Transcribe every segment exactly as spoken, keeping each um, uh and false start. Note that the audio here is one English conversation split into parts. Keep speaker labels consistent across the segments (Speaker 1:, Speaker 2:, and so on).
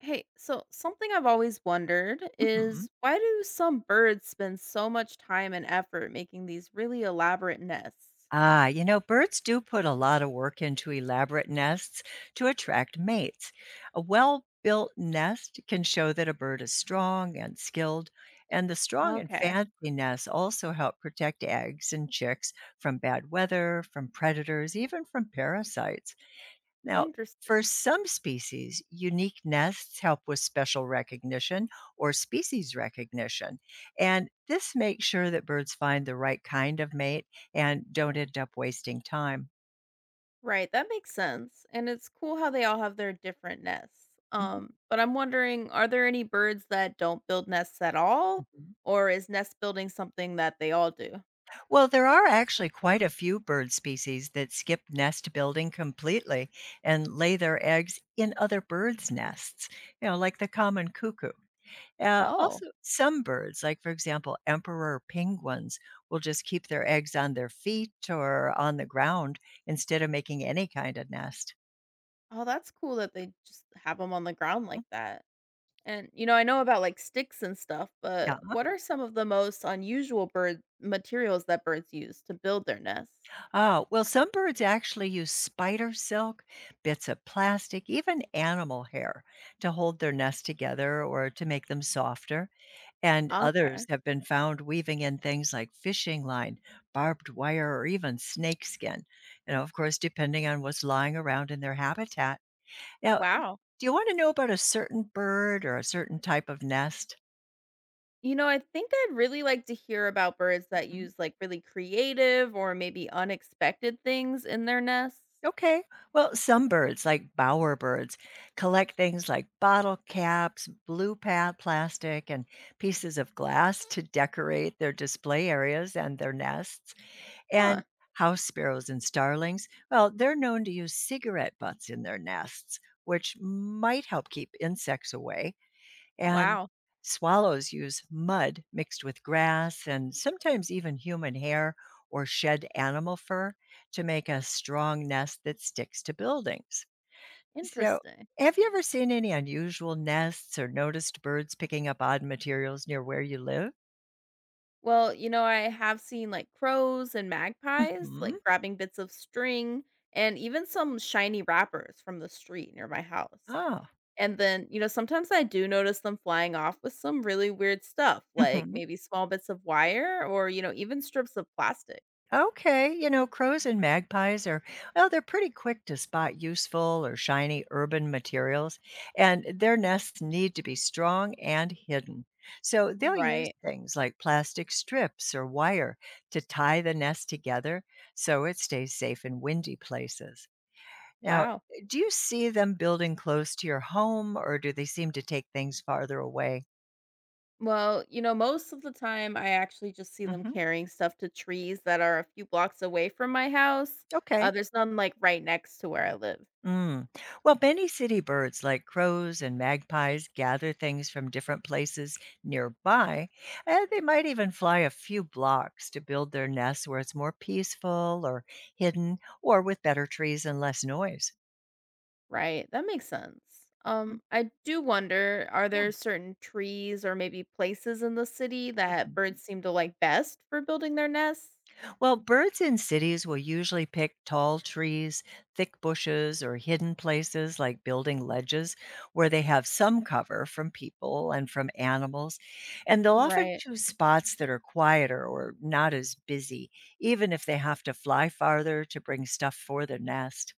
Speaker 1: Hey, so something I've always wondered
Speaker 2: Mhm.
Speaker 1: is why do some birds spend so much time and effort making these really elaborate nests?
Speaker 2: Ah, you know, birds do put a lot of work into elaborate nests to attract mates. A well built nest can show that a bird is strong and skilled, and the strong and
Speaker 1: Okay.
Speaker 2: fancy nests also help protect eggs and chicks from bad weather, from predators, even from parasites. Now, for
Speaker 1: Interesting.
Speaker 2: some species, unique nests help with special recognition or species recognition. And this makes sure that birds find the right kind of mate and don't end up wasting time.
Speaker 1: Right, that makes sense. And it's cool how they all have their different nests.
Speaker 2: Mhm.
Speaker 1: Um, but I'm wondering, are there any birds that don't build nests at all?
Speaker 2: Mhm.
Speaker 1: Or is nest building something that they all do?
Speaker 2: Well, there are actually quite a few bird species that skip nest building completely and lay their eggs in other birds' nests, you know, like the common cuckoo. Uh,
Speaker 1: Oh,
Speaker 2: also, some birds, like for example, emperor penguins, will just keep their eggs on their feet or on the ground instead of making any kind of nest.
Speaker 1: oh, that's cool that they just have them on the ground like
Speaker 2: Mm,
Speaker 1: that. And, you know, I know about like sticks and stuff,
Speaker 2: yeah.
Speaker 1: but what are some of the most unusual bird materials that birds use to build their nests?
Speaker 2: Oh, well, some birds actually use spider silk, bits of plastic, even animal hair to hold their nest together or to make them softer. And others
Speaker 1: Okay.
Speaker 2: have been found weaving in things like fishing line, barbed wire, or even snakeskin. You know, of course, depending on what's lying around in their habitat. Now,
Speaker 1: Wow.
Speaker 2: do you wanna know about a certain bird or a certain type of nest?
Speaker 1: You know, I think I'd really like to hear about birds that
Speaker 2: Mhm.
Speaker 1: use like really creative or maybe unexpected things in their nests.
Speaker 2: Okay. Well, some birds, like bowerbirds, collect things like bottle caps, blue pad plastic, and pieces of glass to decorate their display areas and their nests.
Speaker 1: Huh.
Speaker 2: And house sparrows and starlings, well, they're known to use cigarette butts in their nests, which might help keep insects away. And
Speaker 1: Wow.
Speaker 2: swallows use mud mixed with grass and sometimes even human hair or shed animal fur to make a strong nest that sticks to buildings. So,
Speaker 1: Interesting.
Speaker 2: have you ever seen any unusual nests or noticed birds picking up odd materials near where you live?
Speaker 1: Well, you know, I have seen like crows and magpies
Speaker 2: Mhm.
Speaker 1: like grabbing bits of string and even some shiny wrappers from the street near my house.
Speaker 2: Oh.
Speaker 1: And then, you know, sometimes I do notice them flying off with some really weird stuff, like maybe small bits of wire or, you know, even strips of plastic.
Speaker 2: Okay, you know, crows and magpies are, well, they're pretty quick to spot useful or shiny urban materials, and their nests need to be strong and hidden. So they'll use
Speaker 1: Right.
Speaker 2: things like plastic strips or wire to tie the nest together so it stays safe in windy places. Now,
Speaker 1: Wow.
Speaker 2: do you see them building close to your home or do they seem to take things farther away?
Speaker 1: Well, you know, most of the time I actually just see them
Speaker 2: Hmm.
Speaker 1: carrying stuff to trees that are a few blocks away from my house. Uh,
Speaker 2: Okay.
Speaker 1: there's none like right next to where I live.
Speaker 2: Mm. Well, many city birds like crows and magpies gather things from different places nearby, and they might even fly a few blocks to build their nests where it's more peaceful or hidden or with better trees and less noise.
Speaker 1: Right. That makes sense.
Speaker 2: Mm,
Speaker 1: Um, I do wonder, are
Speaker 2: yeah.
Speaker 1: there certain trees or maybe places in the city that birds seem to like best for building their nests?
Speaker 2: Well, birds in cities will usually pick tall trees, thick bushes, or hidden places like building ledges where they have some cover from people and from animals. And they'll often
Speaker 1: Right.
Speaker 2: choose spots that are quieter or not as busy, even if they have to fly farther to bring stuff for their nest.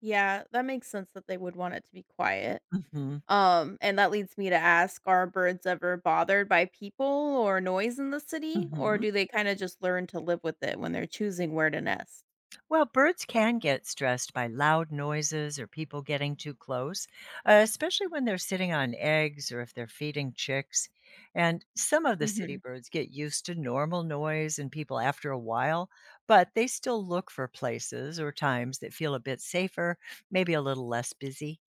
Speaker 1: Yeah, that makes sense that they would want it to be quiet.
Speaker 2: Hmm.
Speaker 1: Um, and that leads me to ask, are birds ever bothered by people or noise in the city, or
Speaker 2: Hmm.
Speaker 1: do they kind of just learn to live with it when they're choosing where to nest?
Speaker 2: Well, birds can get stressed by loud noises or people getting too close, uh, especially when they're sitting on eggs or if they're feeding chicks. And some of the city
Speaker 1: Hmm.
Speaker 2: birds get used to normal noise and people after a while, but they still look for places or times that feel a bit safer, maybe a little less busy.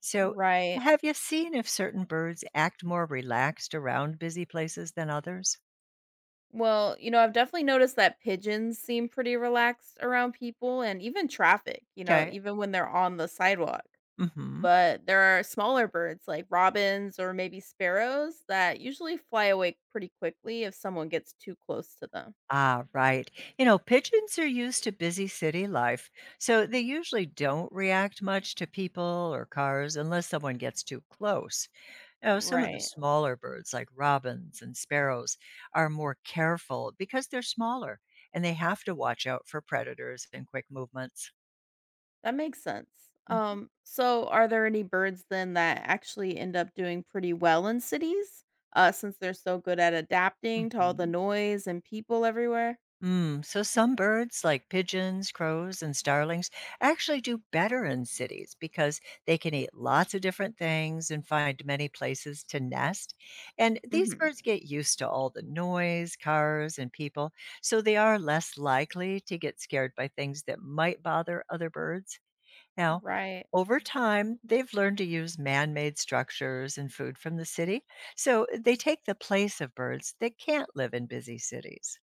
Speaker 2: So,
Speaker 1: Right.
Speaker 2: have you seen if certain birds act more relaxed around busy places than others?
Speaker 1: Well, you know, I've definitely noticed that pigeons seem pretty relaxed around people and even traffic, you know,
Speaker 2: Okay.
Speaker 1: even when they're on the sidewalk.
Speaker 2: Mm hmm.
Speaker 1: But there are smaller birds like robins or maybe sparrows that usually fly away pretty quickly if someone gets too close to them.
Speaker 2: Ah, right. You know, pigeons are used to busy city life, so they usually don't react much to people or cars unless someone gets too close. You know, some of the
Speaker 1: Right.
Speaker 2: smaller birds, like robins and sparrows, are more careful because they're smaller and they have to watch out for predators and quick movements.
Speaker 1: That makes sense.
Speaker 2: Hmm.
Speaker 1: Um, so are there any birds then that actually end up doing pretty well in cities? Uh, since they're so good at adapting to all the
Speaker 2: Hmm.
Speaker 1: noise and people everywhere?
Speaker 2: Mm, so some birds, like pigeons, crows, and starlings, actually do better in cities because they can eat lots of different things and find many places to nest. And these
Speaker 1: Mhm.
Speaker 2: birds get used to all the noise, cars, and people, so they are less likely to get scared by things that might bother other birds. Now,
Speaker 1: Right.
Speaker 2: over time, they've learned to use man made structures and food from the city, so they take the place of birds that can't live in busy cities.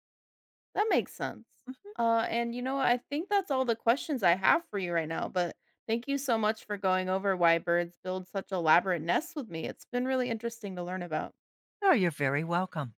Speaker 1: That makes sense.
Speaker 2: Mhm.
Speaker 1: Uh, and you know what? I think that's all the questions I have for you right now, but thank you so much for going over why birds build such elaborate nests with me. It's been really interesting to learn about.
Speaker 2: Oh, you're very welcome.